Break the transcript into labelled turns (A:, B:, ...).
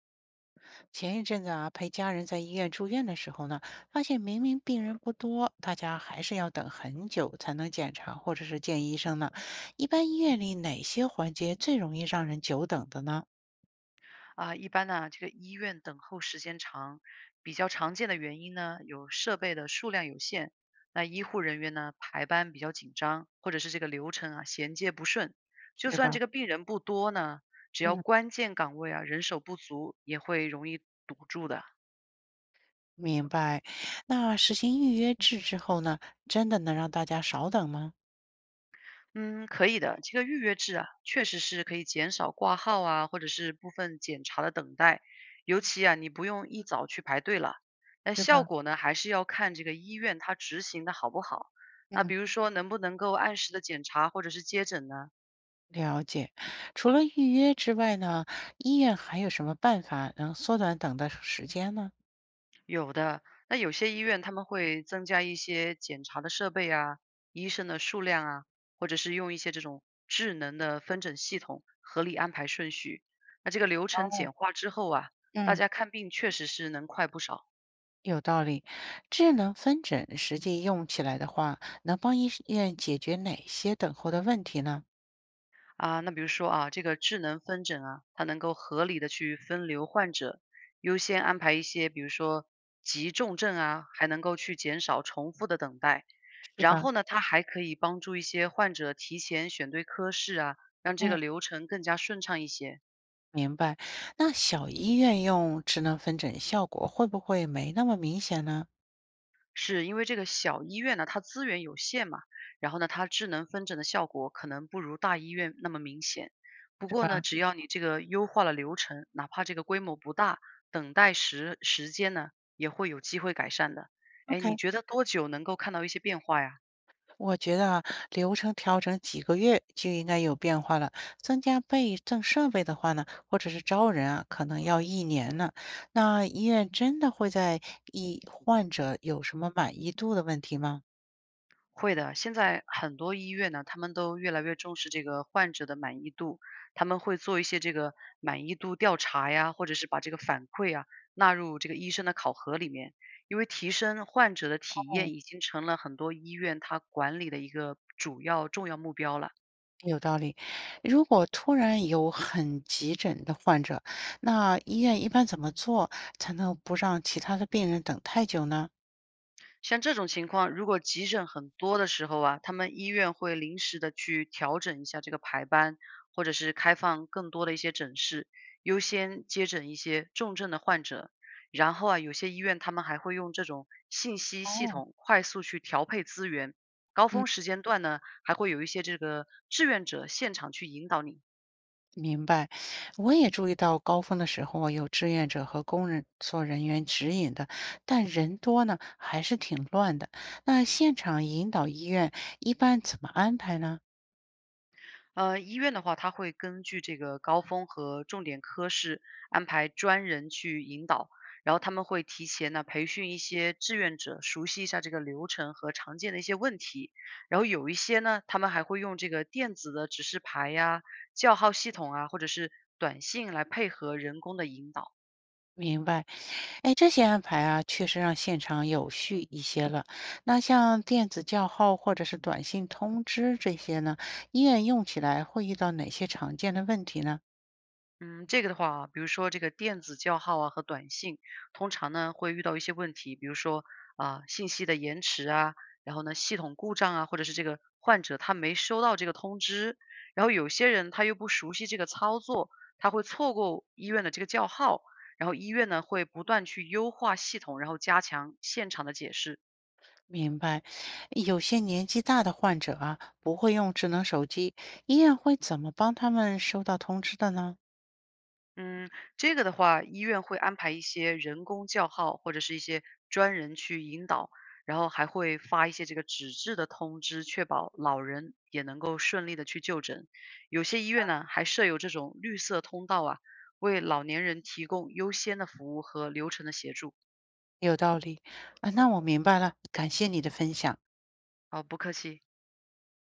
A: 前一阵子啊，陪家人在医院住院的时候呢，发现明明病人不多，大家还是要等很久才能检查或者是见医生呢。一般医院里哪些环节最容易让人久等的呢？
B: 啊，一般呢，这个医院等候时间长，比较常见的原因呢，有设备的数量有限，那医护人员呢排班比较紧张，或者是这个流程啊衔接不顺。就
A: 是
B: 算这
A: 吧？
B: 个病人不多呢，只要
A: 嗯。
B: 关键岗位啊人手不足，也会容易堵住的。
A: 明白。那实行预约制之后呢，真的能让大家少等吗？
B: 嗯，可以的。这个预约制啊，确实是可以减少挂号啊，或者是部分检查的等待。尤其啊，你不用一早去排队了。那
A: 是
B: 效
A: 吧？
B: 果呢，还是要看这个医院它执行的好不好。那
A: 嗯。
B: 比如说，能不能够按时的检查或者是接诊呢？
A: 了解。除了预约之外呢，医院还有什么办法能缩短等的时间呢？
B: 有的，那有些医院他们会增加一些检查的设备啊，医生的数量啊，或者是用一些这种智能的分诊系统，合理安排顺序。那这个流程
A: 哦。
B: 简化之后啊，大
A: 嗯。
B: 家看病确实是能快不少。
A: 有道理，智能分诊实际用起来的话，能帮医院解决哪些等候的问题呢？
B: 啊，那比如说啊，这个智能分诊啊，它能够合理的去分流患者，优先安排一些，比如说急重症啊，还能够去减少重复的等待。
A: 是
B: 然
A: 吧？
B: 后呢，它还可以帮助一些患者提前选对科室啊，让这
A: 嗯。
B: 个流程更加顺畅一些。
A: 明白。那小医院用智能分诊效果会不会没那么明显呢？
B: 是因为这个小医院呢，它资源有限嘛，然后呢，它智能分诊的效果可能不如大医院那么明显。不
A: 是
B: 过呢，
A: 吧
B: 只要你这个优化了流程，哪怕这个规模不大，等待时间呢也会有机会改善的。哎，你
A: ？OK，
B: 觉得多久能够看到一些变化呀？
A: 我觉得啊，流程调整几个月就应该有变化了。增加倍增设备的话呢，或者是招人啊，可能要1年呢。那医院真的会在医患者有什么满意度的问题吗？
B: 会的，现在很多医院呢，他们都越来越重视这个患者的满意度，他们会做一些这个满意度调查呀，或者是把这个反馈啊纳入这个医生的考核里面，因为提升患者的体验已经成了很多医院它管理的一个主要重要目标了。
A: 有道理。如果突然有很急诊的患者，那医院一般怎么做才能不让其他的病人等太久呢？
B: 像这种情况，如果急诊很多的时候啊，他们医院会临时的去调整一下这个排班，或者是开放更多的一些诊室，优先接诊一些重症的患者。然后啊，有些医院他们还会用这种信息系
A: 哦。
B: 统快速去调配资源。高
A: 嗯。
B: 峰时间段呢，还会有一些这个志愿者现场去引导你。
A: 明白。我也注意到高峰的时候啊，有志愿者和工人做人员指引的，但人多呢，还是挺乱的。那现场引导医院一般怎么安排呢？
B: 医院的话，他会根据这个高峰和重点科室安排专人去引导，然后他们会提前呢培训一些志愿者，熟悉一下这个流程和常见的一些问题。然后有一些呢，他们还会用这个电子的指示牌呀、叫号系统啊，或者是短信来配合人工的引导。
A: 明白。哎，这些安排啊，确实让现场有序一些了。那像电子叫号或者是短信通知这些呢，医院用起来会遇到哪些常见的问题呢？
B: 嗯，这个的话，比如说这个电子叫号啊和短信，通常呢会遇到一些问题，比如说啊、信息的延迟啊，然后呢系统故障啊，或者是这个患者他没收到这个通知，然后有些人他又不熟悉这个操作，他会错过医院的这个叫号，然后医院呢会不断去优化系统，然后加强现场的解释。
A: 明白，有些年纪大的患者啊，不会用智能手机，医院会怎么帮他们收到通知的呢？
B: 嗯，这个的话，医院会安排一些人工叫号，或者是一些专人去引导，然后还会发一些这个纸质的通知，确保老人也能够顺利的去就诊。有些医院呢，还设有这种绿色通道啊，为老年人提供优先的服务和流程的协助。
A: 有道理啊，那我明白了，感谢你的分享。
B: 好，不客气。